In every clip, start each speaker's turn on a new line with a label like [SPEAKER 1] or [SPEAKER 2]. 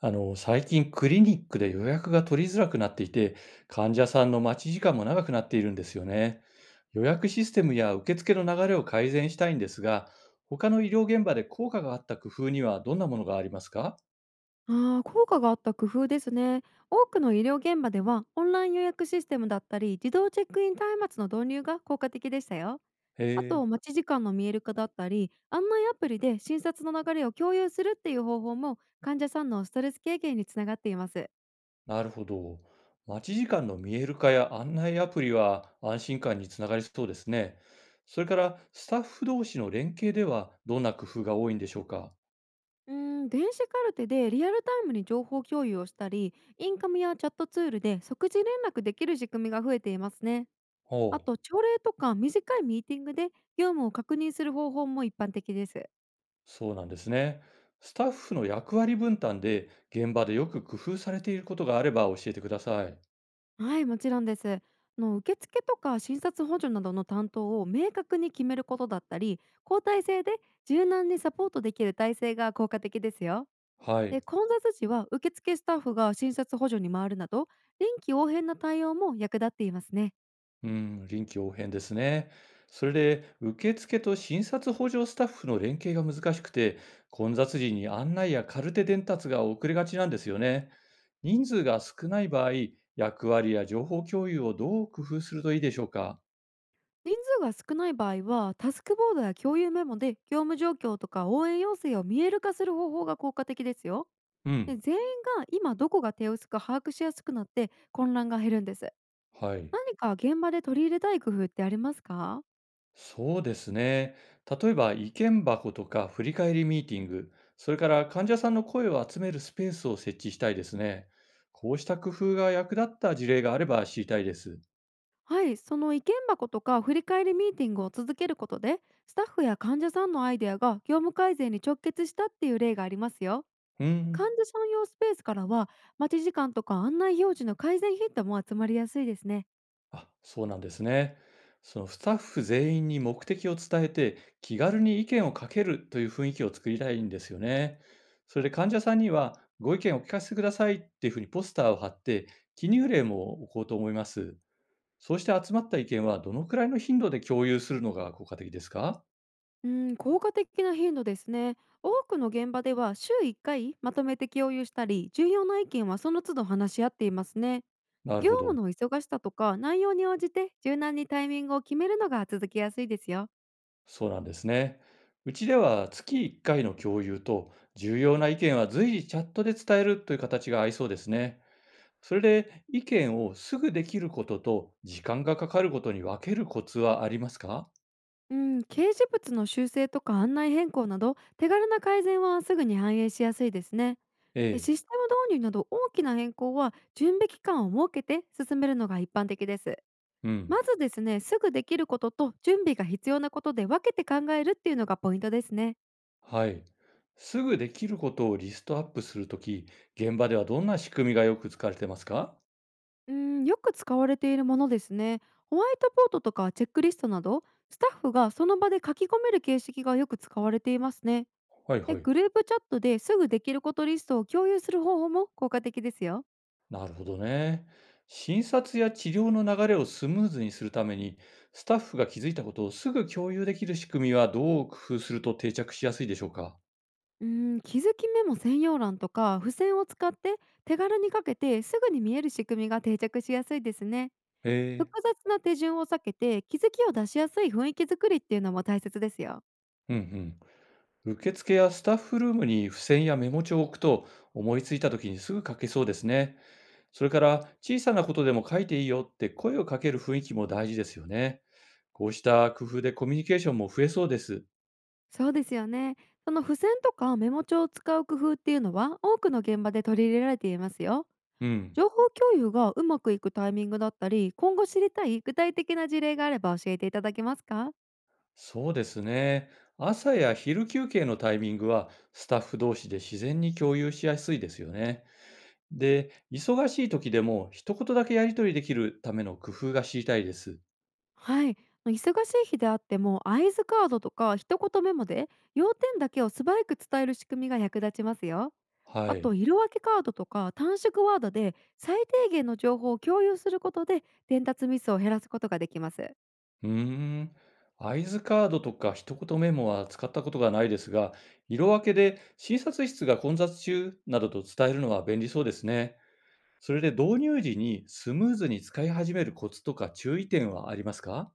[SPEAKER 1] 最近クリニックで予約が取りづらくなっていて、患者さんの待ち時間も長くなっているんですよね。予約システムや受付の流れを改善したいんですが、他の医療現場で効果があった工夫にはどんなものがありますか？
[SPEAKER 2] ああ、効果があった工夫ですね。多くの医療現場では、オンライン予約システムだったり自動チェックイン端末の導入が効果的でしたよ。
[SPEAKER 1] へ
[SPEAKER 2] あと、
[SPEAKER 1] え、
[SPEAKER 2] 待ち時間の見える化だったり案内アプリで診察の流れを共有するっていう方法も患者さんのストレス軽減につながっています。
[SPEAKER 1] なるほど。待ち時間の見える化や案内アプリは安心感につながりそうですね。それから、スタッフ同士の連携ではどんな工夫が多いんでしょうか？
[SPEAKER 2] うー電子カルテでリアルタイムに情報共有をしたり、インカムやチャットツールで即時連絡できる仕組みが増えていますね。あ
[SPEAKER 1] ほう。
[SPEAKER 2] と、朝礼とか短いミーティングで業務を確認する方法も一般的です。
[SPEAKER 1] そうなんですね。スタッフの役割分担で現場でよく工夫されていることがあれば教えてください。
[SPEAKER 2] はい、もちろんです。受付とか診察補助などの担当を明確に決めることだったり、交代制で柔軟にサポートできる体制が効果的ですよ。
[SPEAKER 1] はい。
[SPEAKER 2] で、混雑時は受付スタッフが診察補助に回るなど、臨機応変な対応も役立っていますね。
[SPEAKER 1] うん、臨機応変ですね。それで、受付と診察補助スタッフの連携が難しくて、混雑時に案内やカルテ伝達が遅れがちなんですよね。人数が少ない場合、役割や情報共有をどう工夫するといいでしょうか？
[SPEAKER 2] 人数が少ない場合は、タスクボードや共有メモで業務状況とか応援要請を見える化する方法が効果的ですよ。
[SPEAKER 1] うん。
[SPEAKER 2] で、全員が今どこが手薄か把握しやすくなって、混乱が減るんです。
[SPEAKER 1] はい。
[SPEAKER 2] 何か現場で取り入れたい工夫ってありますか？
[SPEAKER 1] そうですね。例えば意見箱とか振り返りミーティング、それから患者さんの声を集めるスペースを設置したいですね。こうした工夫が役立った事例があれば知りたいです。
[SPEAKER 2] はい、その意見箱とか振り返りミーティングを続けることで、スタッフや患者さんのアイデアが業務改善に直結したっていう例がありますよ。
[SPEAKER 1] う
[SPEAKER 2] 患
[SPEAKER 1] ん。
[SPEAKER 2] 者さん用スペースからは、待ち時間とか案内表示の改善ヒットも集まりやすいですね。
[SPEAKER 1] あ、そうなんですね。そのスタッフ全員に目的を伝えて気軽に意見をかけるという雰囲気を作りたいんですよね。それで患者さんにはご意見をお聞かせくださいっていうふうにポスターを貼って記入例も置こうと思います。そうして集まった意見はどのくらいの頻度で共有するのが効果的ですか？
[SPEAKER 2] うん、効果的な頻度ですね。多くの現場では週1回まとめて共有したり、重要な意見はその都度話し合っていますね。
[SPEAKER 1] なる
[SPEAKER 2] 業
[SPEAKER 1] ほど。
[SPEAKER 2] 務の忙しさとか内容に応じて柔軟にタイミングを決めるのが続きやすいですよ。
[SPEAKER 1] そうなんですね。うちでは月1回の共有と重要な意見は随時チャットで伝えるという形が合いそうですね。それで意見をすぐできることと時間がかかることに分けるコツはありますか？
[SPEAKER 2] うん、掲示物の修正とか案内変更など手軽な改善はすぐに反映しやすいですね。
[SPEAKER 1] え
[SPEAKER 2] で、
[SPEAKER 1] え。
[SPEAKER 2] システム導入など大きな変更は準備期間を設けて進めるのが一般的です。
[SPEAKER 1] うん。
[SPEAKER 2] まずですね、すぐできることと準備が必要なことで分けて考えるっていうのがポイントですね。
[SPEAKER 1] はい。すぐできることをリストアップするとき、現場ではどんな仕組みがよく使われてますか？
[SPEAKER 2] うん、よく使われているものですね。ホワイトボードとかチェックリストなど、スタッフがその場で書き込める形式がよく使われていますね。
[SPEAKER 1] はい
[SPEAKER 2] で、
[SPEAKER 1] はい。
[SPEAKER 2] グループチャットですぐできることリストを共有する方法も効果的ですよ。
[SPEAKER 1] なるほどね。診察や治療の流れをスムーズにするために、スタッフが気づいたことをすぐ共有できる仕組みはどう工夫すると定着しやすいでしょうか？
[SPEAKER 2] うん、気づきメモ専用欄とか付箋を使って、手軽にかけてすぐに見える仕組みが定着しやすいですね。
[SPEAKER 1] へえ。
[SPEAKER 2] 複雑な手順を避けて、気づきを出しやすい雰囲気作りっていうのも大切ですよ。
[SPEAKER 1] うんうん。受付やスタッフルームに付箋やメモ帳を置くと、思いついた時にすぐ書けそうですね。それから、小さなことでも書いていいよって声をかける雰囲気も大事ですよね。こうした工夫でコミュニケーションも増えそうです。
[SPEAKER 2] そうですよね。その付箋とかメモ帳を使う工夫っていうのは多くの現場で取り入れられていますよ。
[SPEAKER 1] うん。
[SPEAKER 2] 情報共有がうまくいくタイミングだったり、今後知りたい具体的な事例があれば教えていただけますか？
[SPEAKER 1] そうですね。朝や昼休憩のタイミングはスタッフ同士で自然に共有しやすいですよね。で、忙しい時でも一言だけやり取りできるための工夫が知りたいです。
[SPEAKER 2] はい。忙しい日であっても、合図カードとか一言メモで要点だけを素早く伝える仕組みが役立ちますよ。
[SPEAKER 1] は
[SPEAKER 2] あと、
[SPEAKER 1] い。
[SPEAKER 2] 色分けカードとか短縮ワードで最低限の情報を共有することで、伝達ミスを減らすことができます。
[SPEAKER 1] うーん。合図カードとか一言メモは使ったことがないですが、色分けで診察室が混雑中などと伝えるのは便利そうですね。それで導入時にスムーズに使い始めるコツとか注意点はありますか？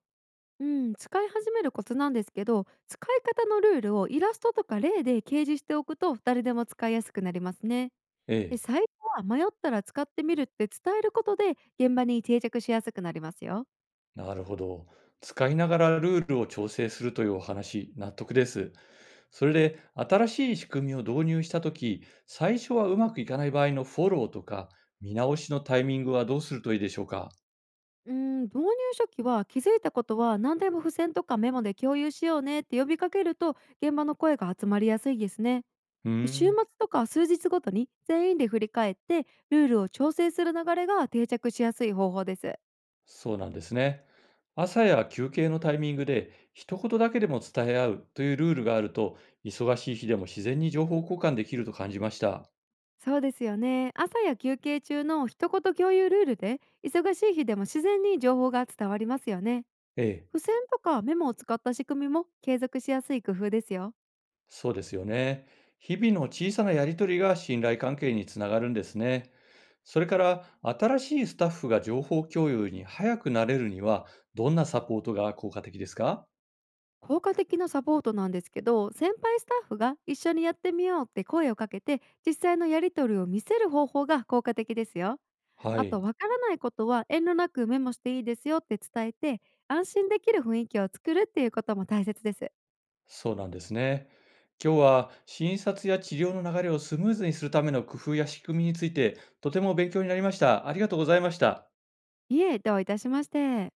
[SPEAKER 2] うん、使い始めるコツなんですけど、使い方のルールをイラストとか例で掲示しておくと誰でも使いやすくなりますね。
[SPEAKER 1] え
[SPEAKER 2] で、
[SPEAKER 1] え。
[SPEAKER 2] 最初は迷ったら使ってみるって伝えることで現場に定着しやすくなりますよ。
[SPEAKER 1] なるほど。使いながらルールを調整するというお話、納得です。それで、新しい仕組みを導入したとき、最初はうまくいかない場合のフォローとか、見直しのタイミングはどうするといいでしょうか？
[SPEAKER 2] うーん、導入書記は気づいたことは何でも付箋とかメモで共有しようねって呼びかけると、現場の声が集まりやすいですね。
[SPEAKER 1] うー
[SPEAKER 2] 週末
[SPEAKER 1] ん、
[SPEAKER 2] とか数日ごとに全員で振り返ってルールを調整する流れが定着しやすい方法です。
[SPEAKER 1] そうなんですね。朝や休憩のタイミングで、一言だけでも伝え合うというルールがあると、忙しい日でも自然に情報交換できると感じました。
[SPEAKER 2] そうですよね。朝や休憩中の一言共有ルールで、忙しい日でも自然に情報が伝わりますよね。
[SPEAKER 1] ええ。
[SPEAKER 2] 付箋とかメモを使った仕組みも継続しやすい工夫ですよ。
[SPEAKER 1] そうですよね。日々の小さなやりとりが信頼関係につながるんですね。それから、新しいスタッフが情報共有に早くなれるには、どんなサポートが効果的ですか？
[SPEAKER 2] 効果的なサポートなんですけど、先輩スタッフが一緒にやってみようって声をかけて実際のやり取りを見せる方法が効果的ですよ。
[SPEAKER 1] は
[SPEAKER 2] あと、
[SPEAKER 1] い、
[SPEAKER 2] わからないことは遠慮なくメモしていいですよって伝えて、安心できる雰囲気を作るっていうことも大切です。
[SPEAKER 1] そうなんですね。今日は診察や治療の流れをスムーズにするための工夫や仕組みについて、とても勉強になりました。ありがとうございました。
[SPEAKER 2] いえ、どういたしまして。